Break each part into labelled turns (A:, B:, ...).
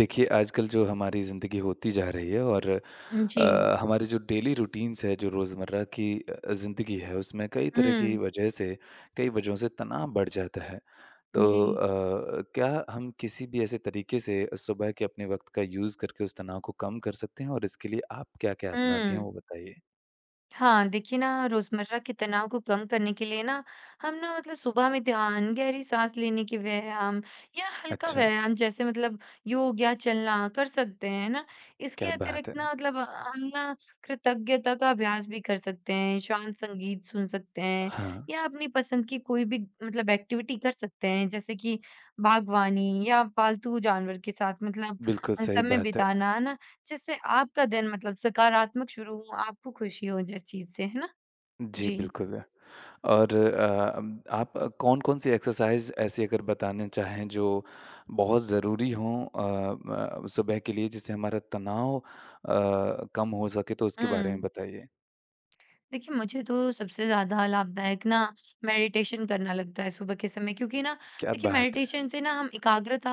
A: देखिए, आजकल जो हमारी ज़िंदगी होती जा रही है और
B: जी।
A: हमारे जो डेली रूटीन्स है, जो रोज़मर्रा की ज़िंदगी है, उसमें कई तरह की
B: हुँ,
A: वजह से कई वजहों से तनाव बढ़ जाता है।
B: जी।
A: तो क्या हम किसी भी ऐसे तरीके से सुबह के अपने वक़्त का यूज़ करके उस तनाव को कम कर सकते हैं और इसके लिए आप क्या-क्या अपनाती हैं,
B: हुँ।
A: वो बताइए?
B: हाँ, देखिए ना रोज़मर्रा के तनाव को कम करने के लिए ना हम ना मतलब सुबह में ध्यान, गहरी साँस लेने के व्यायाम या हल्का
A: अच्छा,
B: व्यायाम जैसे मतलब योग या चलना कर सकते हैं, है ना? इसके
A: क्या बात
B: अतिरिक्त
A: है!
B: ना मतलब हम ना कृतज्ञता का अभ्यास भी कर सकते हैं, शांत संगीत सुन सकते हैं
A: हाँ,
B: या अपनी पसंद की कोई भी मतलब एक्टिविटी कर सकते हैं जैसे कि बागवानी या पालतू जानवर के साथ मतलब
A: बिल्कुल सही
B: समय
A: बात है।
B: बिताना, है ना? जिससे आपका दिन मतलब सकारात्मक शुरू हो, आपको खुशी हो जिस चीज़ से, है ना?
A: जी,
B: जी।
A: बिल्कुल। और आप कौन-कौन सी एक्सरसाइज़ ऐसी अगर बताना चाहें जो बहुत ज़रूरी हों अ, म सुबह के लिए जिससे हमारा तनाव कम हो सके तो उसके बारे में
B: हुँ।
A: बताइए?
B: देखिए, मुझे तो सबसे ज़्यादा लाभदायक ना मेडिटेशन करना लगता है सुबह के समय क्योंकि ना
A: क्या
B: देखिए
A: बात है!
B: मेडिटेशन से ना हम एकाग्रता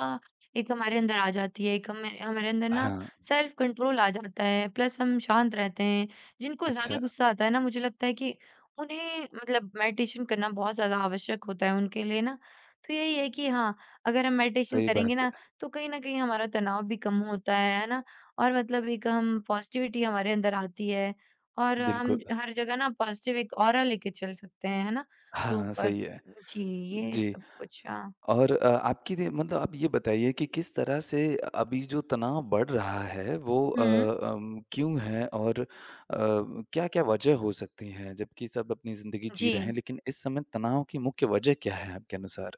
B: एक हमारे अंदर आ जाती है, एक हमें हमारे अंदर ना
A: हाँ,
B: सेल्फ कंट्रोल आ जाता है, प्लस हम शांत रहते हैं। जिनको ज़्यादा
A: अच्छा,
B: गुस्सा आता है ना मुझे लगता है कि उन्हें मतलब मेडिटेशन करना बहुत ज़्यादा आवश्यक होता है उनके लिए ना। तो यही है कि हाँ, अगर हम मेडिटेशन
A: सही
B: करेंगे
A: बात
B: ना
A: है।
B: तो कहीं न कहीं हमारा तनाव भी कम होता है ना? और मतलब एक हम पॉज़िटिविटी हमारे अंदर आती है। और हम
A: बिल्कुल,
B: हर जगह ना पॉजिटिव एक ऑरा लेके चल सकते हैं, है ना? तो
A: हाँ,
B: पर
A: सही है।
B: जी, ये
A: जी।
B: सब कुछ हाँ।
A: और आपकी दे मतलब आप ये बताइए कि किस तरह से अभी जो तनाव बढ़ रहा है वो
B: हुँ,
A: क्यों है और क्या-क्या वजह हो सकती हैं? जबकि सब अपनी ज़िंदगी जी
B: जी।
A: रहे हैं, लेकिन इस समय तनाव की मुख्य वजह क्या है आपके अनुसार?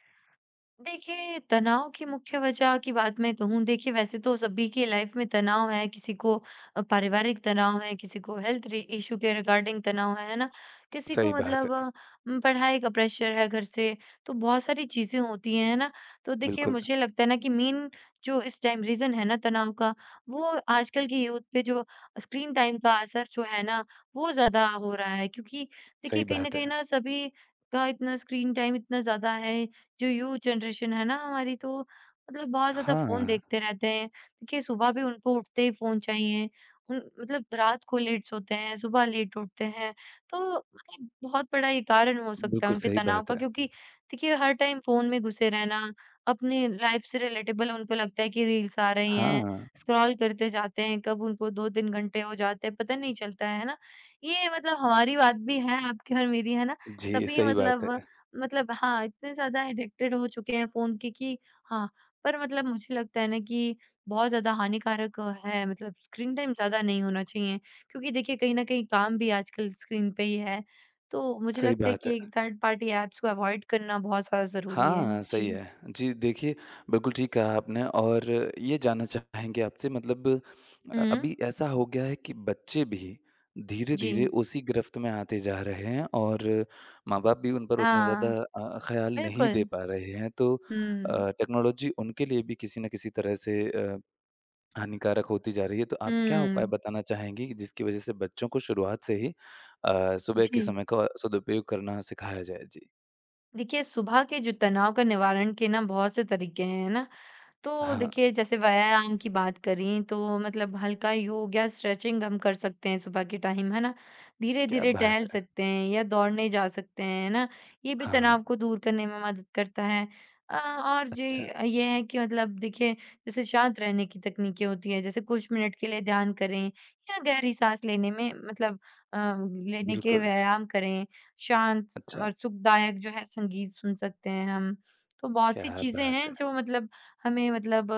B: देखिए, तनाव की मुख्य वजह की बात मैं कहूँ, देखिए वैसे तो सभी की लाइफ में तनाव है, किसी को पारिवारिक तनाव है, किसी को हेल्थ रि इश्यू के रिगार्डिंग तनाव है ना? किसी को
A: सही बात
B: मतलब
A: है।
B: पढ़ाई का प्रेशर है घर से, तो बहुत सारी चीज़ें होती हैं, है ना? तो देखिए
A: बिल्कुल,
B: मुझे लगता है ना कि मेन जो इस टाइम रीज़न है ना तनाव का, वो आजकल की यूथ पे जो स्क्रीन टाइम का असर जो है ना, वो ज़्यादा हो रहा है। क्योंकि देखिए
A: सही
B: कहीं न
A: बात
B: कहीं
A: है।
B: ना सभी का इतना स्क्रीन टाइम इतना ज़्यादा है, जो यूथ जनरेशन है ना हमारी तो मतलब बहुत ज़्यादा फ़ोन
A: हाँ,
B: देखते रहते हैं। देखिए सुबह भी उनको उठते ही फ़ोन चाहिए, उन मतलब रात को लेट सोते हैं, सुबह लेट उठते हैं, तो मतलब बहुत बड़ा ये कारण हो सकता है
A: बिल्कुल
B: उनके
A: सही
B: तनाव
A: बात
B: का
A: है।
B: क्योंकि देखिए हर टाइम फ़ोन में घुसे रहना, अपनी लाइफ़ से रिलेटेबल उनको लगता है कि रील्स आ रही
A: हाँ,
B: हैं, स्क्रॉल करते जाते हैं, कब उनको 2-3 घंटे हो जाते हैं, पता नहीं चलता है ना? ये मतलब हमारी बात भी है, आपकी और मेरी, है ना?
A: जी,
B: सभी
A: सही बात है।
B: मतलब हाँ, इतने ज़्यादा एडिक्टेड हो चुके हैं फ़ोन के कि हाँ, पर मतलब मुझे लगता है ना कि बहुत ज़्यादा हानिकारक है मतलब स्क्रीन टाइम ज़्यादा नहीं होना चाहिए। क्योंकि देखिए कहीं न कहीं काम भी आजकल स्क्रीन पे ही है। तो मुझे
A: सही
B: लगता है
A: बात
B: कि
A: है।
B: एक थर्ड पार्टी ऐप्स को अवॉइड करना बहुत ज़्यादा ज़रूरी है।
A: हाँ, सही
B: जी।
A: है। जी, देखिए बिल्कुल ठीक कहा आपने और ये जानना चाहेंगे आपसे मतलब
B: हुँ,
A: अभी ऐसा हो गया है कि बच्चे भी
B: जी।
A: धीरे-धीरे उसी गिरफ्त में आते जा रहे हैं और माँ-बाप भी उन पर उतना ज़्यादा
B: हाँ,
A: ख़्याल नहीं दे
B: बिल्कुल।
A: पा रहे हैं। तो
B: हुँ,
A: टेक्नोलॉजी उनके लिए भी किसी न किसी तरह से हानिकारक होती जा रही है। तो आप क्या
B: हुँ।
A: उपाय बताना चाहेंगी कि जिसकी वज़ह से बच्चों को शुरुआत से ही सुबह
B: जी।
A: के समय का सदुपयोग करना सिखाया जाए? जी।
B: देखिए सुबह के जो तनाव का निवारण के ना बहुत से तरीके हैं, है ना? तो
A: हाँ,
B: देखिए जैसे व्यायाम की बात करी तो मतलब हल्का योग या स्ट्रेचिंग हम कर सकते हैं सुबह के टाइम है ना
A: क्या
B: धीरे-धीरे
A: बात
B: टहल
A: है!
B: सकते हैं या दौड़ने जा सकते हैं है ना ये भी
A: हाँ,
B: तनाव को दूर करने में मदद करता है और जी
A: अच्छा,
B: ये है कि मतलब देखिए जैसे शांत रहने की तकनीकें होती है जैसे कुछ मिनट के लिए ध्यान करें या गहरी सांस लेने में मतलब लेने के
A: बिल्कुल,
B: व्यायाम करें शांत
A: अच्छा,
B: और सुखदायक जो है संगीत सुन सकते हैं हम तो बहुत सी
A: क्या
B: चीजें
A: बात
B: हैं
A: है!
B: जो मतलब हमें मतलब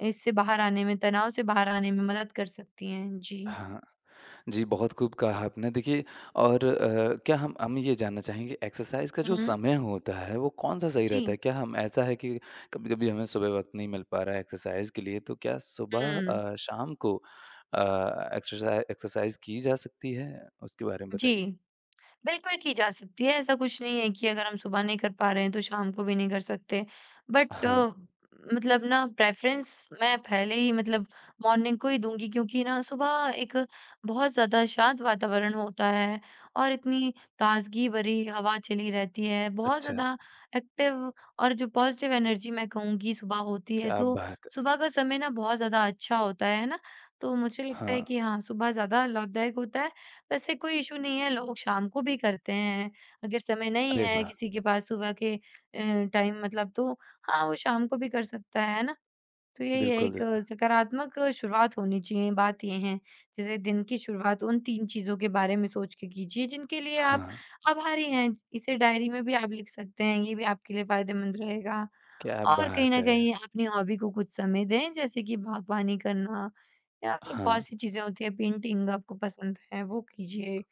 B: इससे बाहर आने में, तनाव से बाहर आने में मदद कर सकती हैं। जी।
A: हाँ, जी, बहुत खूब कहा आपने। देखिए और क्या हम ये जानना चाहेंगे एक्सरसाइज़ का जो
B: हुँ।
A: समय होता है, वो कौन-सा सही
B: जी।
A: रहता है? क्या हम ऐसा है कि कभी-कभी हमें सुबह वक़्त नहीं मिल पा रहा है एक्सरसाइज़ के लिए, तो क्या सुबह
B: हुँ।
A: शाम को अ, एक्सरसाइज़ की जा सकती है? उसके बारे में
B: जी।
A: बताइए।
B: बिल्कुल की जा सकती है, ऐसा कुछ नहीं है कि अगर हम सुबह नहीं कर पा रहे हैं तो शाम को भी नहीं कर सकते। बट
A: हाँ,
B: मतलब ना प्रेफ़रेंस मैं पहले ही मतलब मॉर्निंग को ही दूँगी क्योंकि ना सुबह एक बहुत ज़्यादा शांत वातावरण होता है और इतनी ताज़गी भरी हवा चली रहती है। बहुत
A: अच्छा,
B: ज़्यादा एक्टिव और जो पॉज़िटिव एनर्जी मैं कहूँगी सुबह होती है,
A: क्या
B: तो
A: बात है!
B: सुबह का समय ना बहुत ज़्यादा अच्छा होता है ना? तो मुझे लगता है
A: हाँ,
B: कि हाँ, सुबह ज़्यादा लाभदायक होता है। वैसे कोई इश्यू नहीं है, लोग शाम को भी करते हैं। अगर समय नहीं
A: अरे
B: है
A: वाह!
B: किसी के पास सुबह के टाइम मतलब तो हाँ, वो शाम को भी कर सकता है ना? तो यही है
A: बिल्कुल,
B: एक सकारात्मक शुरुआत होनी चाहिए, बात ये है। जैसे दिन की शुरुआत उन 3 चीज़ों के बारे में सोच के कीजिए जिनके लिए आप
A: हाँ,
B: आभारी हैं। इसे डायरी में भी आप लिख सकते हैं, ये भी आपके लिए फ़ायदेमंद रहेगा।
A: क्या
B: और कहीं
A: बात
B: न
A: है!
B: कहीं अपनी हॉबी को कुछ समय दें जैसे कि बागवानी करना या फिर बहुत
A: हाँ।
B: सी चीज़ें होती हैं, पेंटिंग आपको पसंद है, वो कीजिए।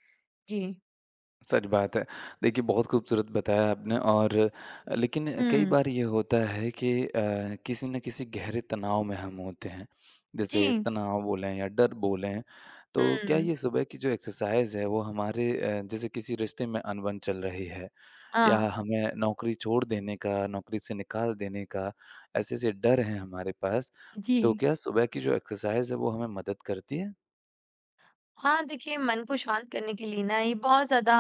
B: जी।
A: सच बात है। देखिए, बहुत खूबसूरत बताया आपने और लेकिन कई
B: हुँ।
A: बार ये होता है कि किसी न किसी गहरे तनाव में हम होते हैं।
B: जी।
A: जैसे तनाव बोलें या डर बोलें, तो क्या
B: हुँ।
A: ये सुबह की जो एक्सरसाइज़ है वो हमारे जैसे किसी रिश्ते में अनबन चल रही है या
B: हाँ।
A: हमें नौकरी छोड़ देने का, नौकरी से निकाल देने का, ऐसे-ऐसे डर हैं हमारे पास,
B: जी।
A: तो क्या सुबह की जो एक्सरसाइज़ है वो हमें मदद करती है?
B: हाँ, देखिए मन को शांत करने के लिए ना ये बहुत ज़्यादा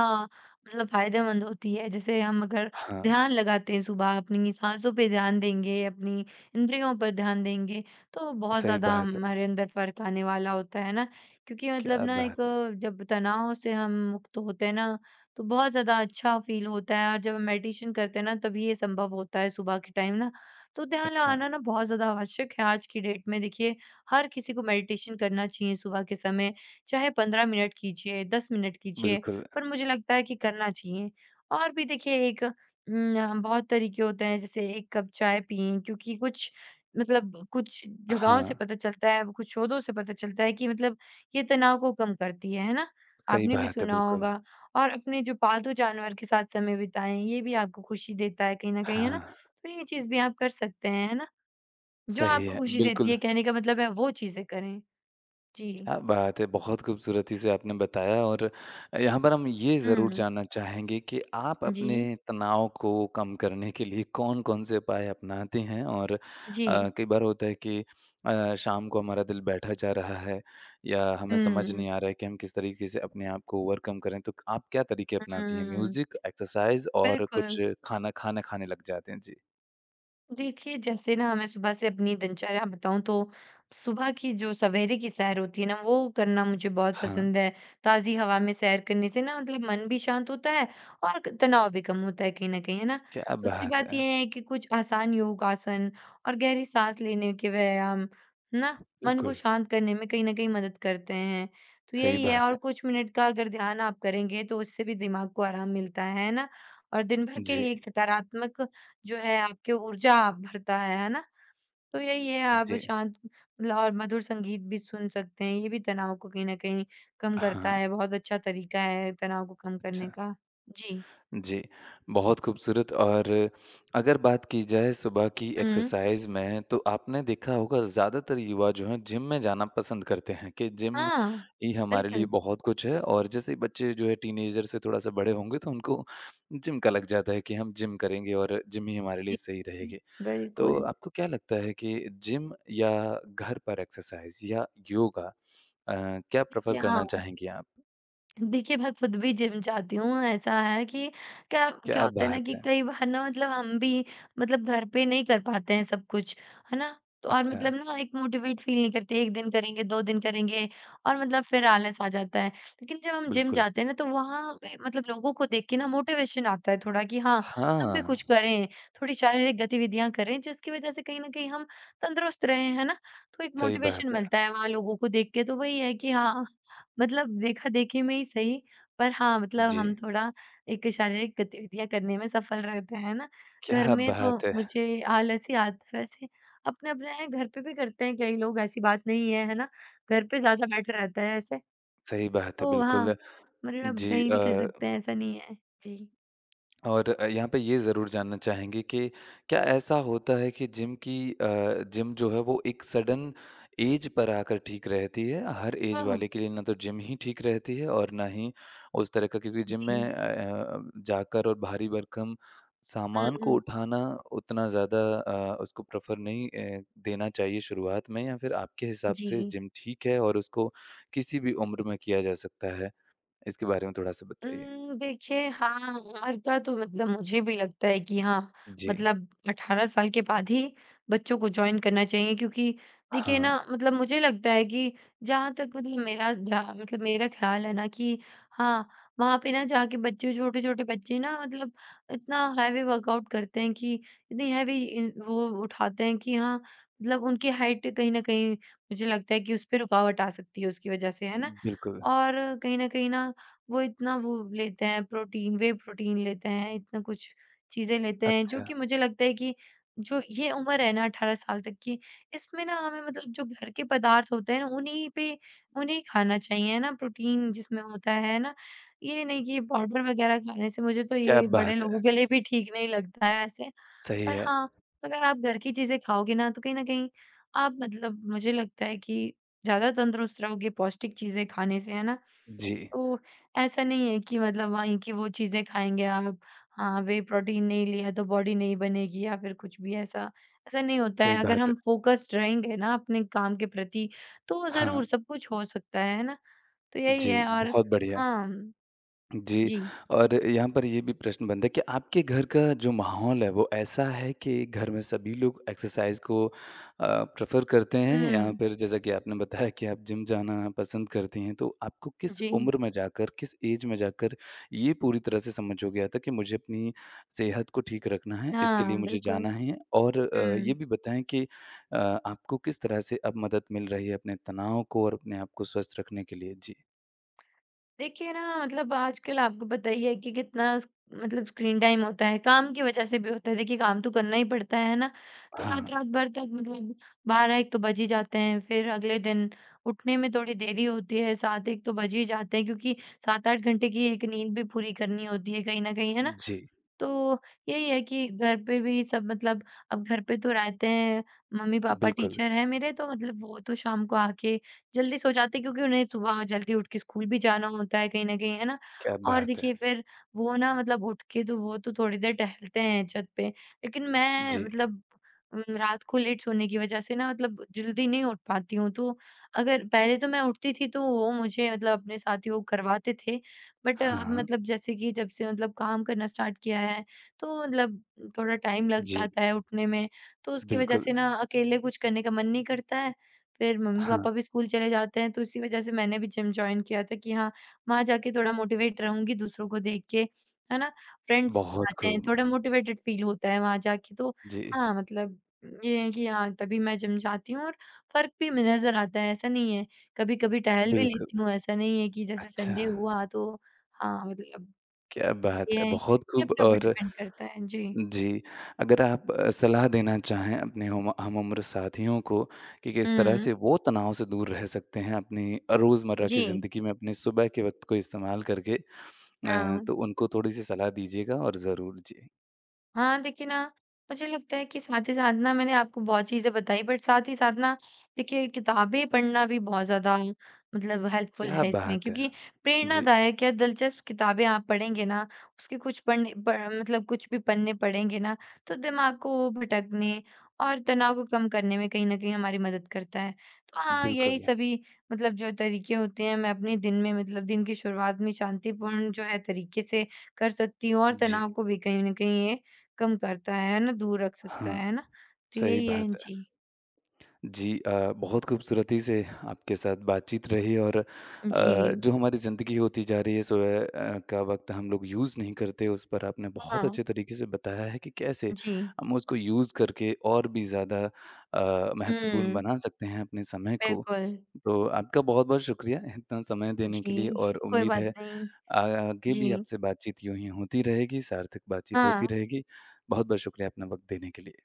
B: मतलब फ़ायदेमंद होती है। जैसे हम अगर
A: हाँ,
B: ध्यान लगाते हैं सुबह अपनी साँसों पे ध्यान देंगे, अपनी इंद्रियों पर ध्यान देंगे, तो बहुत
A: सही
B: ज़्यादा
A: बात
B: हमारे
A: है।
B: अंदर फ़र्क आने वाला होता है ना। क्योंकि मतलब
A: क्या
B: ना एक
A: बात है!
B: जब तनाव से हम मुक्त होते हैं ना, तो बहुत ज़्यादा अच्छा फ़ील होता है और जब हम मेडिटेशन करते हैं ना तभी ये संभव होता है सुबह के टाइम ना। तो ध्यान
A: अच्छा,
B: लगाना ना बहुत ज़्यादा आवश्यक है आज की डेट में। देखिए, हर किसी को मेडिटेशन करना चाहिए सुबह के समय। चाहे 15 मिनट कीजिए, 10 मिनट कीजिए,
A: बिल्कुल।
B: पर मुझे लगता है कि करना चाहिए। और भी देखिए एक बहुत तरीके होते हैं जैसे एक कप चाय पिएँ क्योंकि कुछ मतलब कुछ जगहों से
A: हाँ,
B: पता चलता है, कुछ शोधों से पता चलता है कि मतलब ये तनाव को कम करती है ना?
A: सही
B: आपने भी
A: बात है,
B: सुना
A: बिल्कुल।
B: होगा और अपने जो पालतू जानवर के साथ समय बिताएँ, ये भी आपको खुशी देता है कहीं न कहीं, है
A: हाँ,
B: ना? तो ये चीज़ भी आप कर सकते हैं, है ना? जो
A: सही
B: आपको
A: है,
B: खुशी देती
A: बिल्कुल।
B: है कहने का मतलब है वो चीज़ें करें। जी।
A: क्या बात है! बहुत खूबसूरती से आपने बताया और यहाँ पर हम ये ज़रूर
B: हुँ,
A: जानना चाहेंगे कि आप अपने
B: जी।
A: तनाव को कम करने के लिए कौन-कौन से उपाय अपनाते हैं? और
B: जी।
A: कई बार होता है कि शाम को हमारा दिल बैठा जा रहा है या हमें समझ
B: हुँ,
A: नहीं आ रहा है कि हम किस तरीके से अपने आप को ओवरकम करें, तो आप क्या तरीके अपनाती हैं?
B: हुँ,
A: म्यूज़िक, एक्सरसाइज़ और
B: बिल्कुल।
A: कुछ खाना खाना खाने लग जाते हैं? जी।
B: देखिए, जैसे ना मैं सुबह से अपनी दिनचर्या बताऊँ तो सुबह की जो सवेरे की सैर होती है ना, वो करना मुझे बहुत
A: हाँ,
B: पसंद है। ताज़ी हवा में सैर करने से ना मतलब मन भी शांत होता है और क तनाव भी कम होता है कहीं न कहीं, है ना?
A: क्या
B: दूसरी
A: बात
B: बात
A: है!
B: ये है कि कुछ आसान योगासन और गहरी साँस लेने के व्यायाम, है ना? मन को
A: बिल्कुल,
B: शांत करने में कहीं न कहीं मदद करते हैं। तो
A: सही
B: यही है
A: बात
B: और
A: है।
B: कुछ मिनट का अगर ध्यान आप करेंगे तो उससे भी दिमाग को आराम मिलता है ना? और दिन भर के
A: जी,
B: लिए एक सकारात्मक जो है आपकी ऊर्जा आप भरता है ना? तो यही है आप
A: जी।
B: शांत मतलब और मधुर संगीत भी सुन सकते हैं, ये भी तनाव को कहीं न कहीं कम करता
A: हाँ,
B: है, बहुत अच्छा तरीका है तनाव को कम करने
A: अच्छा।
B: का। जी।
A: जी, बहुत खूबसूरत और अगर बात की जाए सुबह की
B: हुँ।
A: एक्सरसाइज़ में तो आपने देखा होगा ज़्यादातर युवा जो हैं जिम में जाना पसंद करते हैं कि जिम
B: हाँ,
A: ही हमारे लिए
B: बिल्कुल।
A: बहुत कुछ है और जैसे ही बच्चे जो है टीनेजर से थोड़ा-सा बड़े होंगे तो उनको जिम का लग जाता है कि हम जिम करेंगे और जिम ही हमारे लिए
B: जी,
A: सही रहेगी। तो
B: बिल्कुल।
A: आपको क्या लगता है कि जिम या घर पर एक्सरसाइज या योगा अ, क्या प्रेफ़र
B: देखिए हाँ।
A: करना चाहेंगी आप?
B: देखिए, मैं खुद भी जिम जाती हूँ। ऐसा है कि क्या क्या
A: क्या
B: होता है ना
A: बात
B: कि
A: है!
B: कई बार ना मतलब हम भी मतलब घर पे नहीं कर पाते हैं सब कुछ, है ना? तो और
A: अच्छा,
B: मतलब ना एक मोटिवेट फ़ील नहीं करते, 1 दिन करेंगे, 2 दिन करेंगे और मतलब फिर आलस आ जाता है। लेकिन जब हम जिम
A: बिल्कुल।
B: जाते हैं ना तो वहाँ पे मतलब लोगों को देख के ना मोटिवेशन आता है थोड़ा कि हाँ, हम भी कुछ
A: हाँ,
B: करें, थोड़ी शारीरिक गतिविधियाँ करें जिसकी वज़ह से कहीं न कहीं हम तंदुरुस्त रहें, है ना? तो एक
A: सही
B: मोटिवेशन
A: बात है।
B: मिलता है वहाँ लोगों को देख के तो वही है कि हाँ मतलब देखा-देखी में ही सही, पर हाँ, मतलब
A: जी,
B: हम थोड़ा एक शारीरिक गतिविधियाँ करने में सफल रहते हैं ना। घर
A: क्या
B: में तो
A: बात है!
B: मुझे आलस ही आता है वैसे, अपने-अपने हैं, घर पे भी करते हैं कई लोग, ऐसी बात नहीं है, है ना? घर पे ज़्यादा बेटर रहता है ऐसे,
A: सही बात है,
B: तो हाँ,
A: बिल्कुल।
B: मतलब
A: जी
B: कहीं भी
A: अ
B: कर सकते हैं, ऐसा नहीं है। जी।
A: और यहाँ पे ये ज़रूर जानना चाहेंगे कि क्या ऐसा होता है कि जिम की जिम जो है वो एक सडन एज पर आकर ठीक रहती है? हर एज
B: हाँ, हाँ।
A: वाले के लिए ना तो जिम ही ठीक रहती है और ना ही उस तरह का क्योंकि जिम में
B: जी।
A: जाकर और भारी भरकम
B: हुँ,
A: सामान को
B: हुँ।
A: उठाना उतना ज़्यादा उसको प्रेफ़र नहीं देना चाहिए शुरुआत में या फिर आपके हिसाब से
B: जी।
A: जिम ठीक है और उसको किसी भी उम्र में किया जा सकता है? इसके बारे में थोड़ा-सा बताइए।
B: देखिए हाँ, उम्र का तो मतलब मुझे भी लगता है कि हाँ,
A: जी।
B: मतलब 18 साल के बाद ही बच्चों को जॉइन करना चाहिए क्योंकि देखिए
A: हाँ।
B: ना मतलब मुझे लगता है कि जहाँ तक मतलब मेरा ध्या मतलब मेरा ख़्याल है ना कि हाँ, वहाँ पे ना जाके बच्चे छोटे-छोटे बच्चे ना मतलब इतना हैवी वर्कआउट करते हैं कि इतनी हैवी इन वो उठाते हैं कि हाँ, मतलब उनकी हाइट कहीं न कहीं मुझे लगता है कि उसपे रुकावट आ सकती है उसकी वज़ह से, है ना?
A: बिल्कुल,
B: और कहीं न कहीं ना वो इतना वो लेते हैं प्रोटीन, व्हे प्रोटीन लेते हैं, इतना कुछ चीज़ें लेते हैं, जो
A: अच्छा,
B: कि मुझे लगता है कि जो ये उम्र है ना 18 साल तक की, इसमें ना हमें मतलब जो घर के पदार्थ होते हैं ना, उन्हीं पे उन्हें खाना चाहिए, है ना? प्रोटीन जिसमें होता है ना, ये नहीं कि पाउडर वगैरह खाने से मुझे तो
A: क्या
B: ये बड़े
A: बात
B: लोगों
A: है!
B: के लिए भी ठीक नहीं लगता है वैसे।
A: सही
B: पर
A: है।
B: हाँ, अगर आप घर की चीज़ें खाओगे ना, तो कहीं न कहीं आप मतलब मुझे लगता है कि ज़्यादा तंदुरुस्त रहोगे पौष्टिक चीज़ें खाने से, है ना?
A: जी,
B: तो ऐसा नहीं है कि मतलब वहीं की वो चीज़ें खाएँगे आप, हाँ, व्हे प्रोटीन नहीं लिया तो बॉडी नहीं बनेगी या फिर कुछ भी ऐसा, ऐसा नहीं होता है।
A: सही
B: अगर
A: बात
B: हम
A: है।
B: फ़ोकस्ड रहेंगे ना अपने काम के प्रति, तो
A: हाँ,
B: ज़रूर सब कुछ हो सकता है ना? तो यही
A: जी,
B: है और
A: बहुत बढ़िया।
B: हाँ,
A: जी,
B: जी।
A: और यहाँ पर ये भी प्रश्न बनता है कि आपके घर का जो माहौल है वो ऐसा है कि घर में सभी लोग एक्सरसाइज़ को प्रेफ़र करते हैं या
B: हुँ,
A: फिर जैसा कि आपने बताया कि आप जिम जाना पसंद करती हैं, तो आपको किस
B: जी।
A: उम्र में जाकर, किस ऐज में जाकर ये पूरी तरह से समझ हो गया था कि मुझे अपनी सेहत को ठीक रखना है, इसके
B: हाँ,
A: लिए मुझे
B: बिल्कुल।
A: जाना है? और ये
B: हुँ।
A: भी बताएँ कि अ, आपको किस तरह से अब मदद मिल रही है अपने तनाव को और अपने आप को स्वस्थ रखने के लिए? जी।
B: देखिए ना मतलब आजकल आपको पता ही है कि कितना मतलब स्क्रीन टाइम होता है, काम की वजह से भी होता है। देखिए काम तो करना ही पड़ता है ना, तो रात
A: हाँ।
B: रात भर तक मतलब 12 एक तो बज ही जाते हैं। फिर अगले दिन उठने में थोड़ी देरी होती है, 7 एक तो बज ही जाते हैं, क्योंकि 7-8 घंटे की एक नींद भी पूरी करनी होती है कहीं ना कहीं, है ना?
A: जी,
B: तो यही है कि घर पे भी सब मतलब अब घर पे तो रहते हैं, मम्मी पापा
A: बिल्कुल।
B: टीचर हैं मेरे, तो मतलब वो तो शाम को आके जल्दी सो जाते हैं, क्योंकि उन्हें सुबह जल्दी उठ के स्कूल भी जाना होता है कहीं न कहीं, है ना?
A: क्या
B: और
A: बात है!
B: देखिए फिर वो ना मतलब उठ के तो वो तो थोड़ी देर टहलते हैं छत पे, लेकिन मैं
A: जी।
B: मतलब रात को लेट सोने की वजह से ना मतलब जल्दी नहीं उठ पाती हूँ। तो अगर पहले तो मैं उठती थी तो वो मुझे मतलब अपने साथी वो करवाते थे, बट अब
A: हाँ।
B: मतलब जैसे कि जब से मतलब काम करना स्टार्ट किया है, तो मतलब थोड़ा टाइम लग
A: जी,
B: जाता है उठने में, तो उसकी वजह
A: बिल्कुल।
B: से ना अकेले कुछ करने का मन नहीं करता है। फिर
A: हाँ,
B: मम्मी-पापा भी स्कूल चले जाते हैं, तो इसी वजह से मैंने भी जिम जॉइन किया था कि हाँ, वहाँ जाके थोड़ा मोटिवेट रहूँगी दूसरों को देख के, है ना? फ्रेंड्स
A: बहुत
B: आते हैं,
A: खूब।
B: थोड़ा मोटिवेटेड फ़ील होता है वहाँ जाके, तो
A: जी,
B: हाँ, मतलब ये है कि हाँ, तभी मैं जिम जाती हूँ और फ़र्क भी नज़र आता है, ऐसा नहीं है। कभी-कभी टहल भी
A: बिल्कुल।
B: लेती हूँ, ऐसा नहीं है कि जैसे
A: अच्छा,
B: संडे हुआ तो हाँ, मतलब अब
A: क्या बात
B: ये
A: है!
B: ये
A: बहुत खूब
B: अपने ऊपर
A: और
B: डिपेंड करता है। जी।
A: जी, अगर आप सलाह देना चाहें अपने हम हमउम्र साथियों को कि किस तरह
B: हुँ,
A: से वो तनाव से दूर रह सकते हैं अपनी रोज़मर्रा
B: जी।
A: की ज़िंदगी में अपने सुबह के वक़्त को इस्तेमाल करके
B: हाँ।
A: तो उनको थोड़ी-सी सलाह दीजिएगा और ज़रूर जी।
B: हाँ, देखिए ना, मुझे लगता है कि साथ ही साथ ना मैंने आपको बहुत चीज़ें बताई, बट साथ ही साथ ना देखिए किताबें पढ़ना भी बहुत ज़्यादा मतलब हेल्पफुल
A: क्या
B: है इसमें,
A: बात है!
B: क्योंकि
A: जी,
B: प्रेरणादायक या दिलचस्प किताबें आप पढ़ेंगे ना, उसके कुछ पढ़ने प मतलब कुछ भी पन्ने पढ़ेंगे ना, तो दिमाग को भटकने और तनाव को कम करने में कहीं न कहीं हमारी मदद करता है। तो हाँ, यही
A: बिल्कुल।
B: सभी मतलब जो तरीके होते हैं मैं अपने दिन में मतलब दिन की शुरुआत में शांतिपूर्ण जो है तरीके से कर सकती हूँ, और
A: जी,
B: तनाव को भी कहीं न कहीं ये कम करता है ना? दूर रख सकता
A: हाँ,
B: है ना? तो
A: सही
B: यही है
A: बात है।
B: जी।
A: बहुत खूबसूरती से आपके साथ बातचीत रही और
B: जी।
A: जो हमारी ज़िंदगी होती जा रही है सुबह का वक्त हम लोग यूज़ नहीं करते उस पर आपने बहुत
B: हाँ,
A: अच्छे तरीके से बताया है कि कैसे
B: जी।
A: हम उसको यूज़ करके और भी ज़्यादा महत्वपूर्ण
B: हुँ,
A: बना सकते हैं अपने समय को।
B: बिल्कुल।
A: तो आपका बहुत-बहुत शुक्रिया इतना समय देने के लिए
B: जी,
A: और
B: कोई
A: उम्मीद
B: बात
A: है
B: नहीं।
A: आगे भी
B: जी।
A: आपसे बातचीत यूँ ही होती रहेगी, सार्थक बातचीत
B: हाँ,
A: होती रहेगी। बहुत-बहुत शुक्रिया अपना वक्त देने के लिए।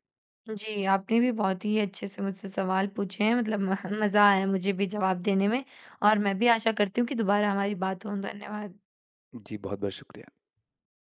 B: जी, आपने भी बहुत ही अच्छे से मुझसे सवाल पूछे हैं मतलब म मज़ा आया मुझे भी जवाब देने में, और मैं भी आशा करती हूँ कि दोबारा हमारी बात हो। धन्यवाद।
A: जी, बहुत-बहुत शुक्रिया।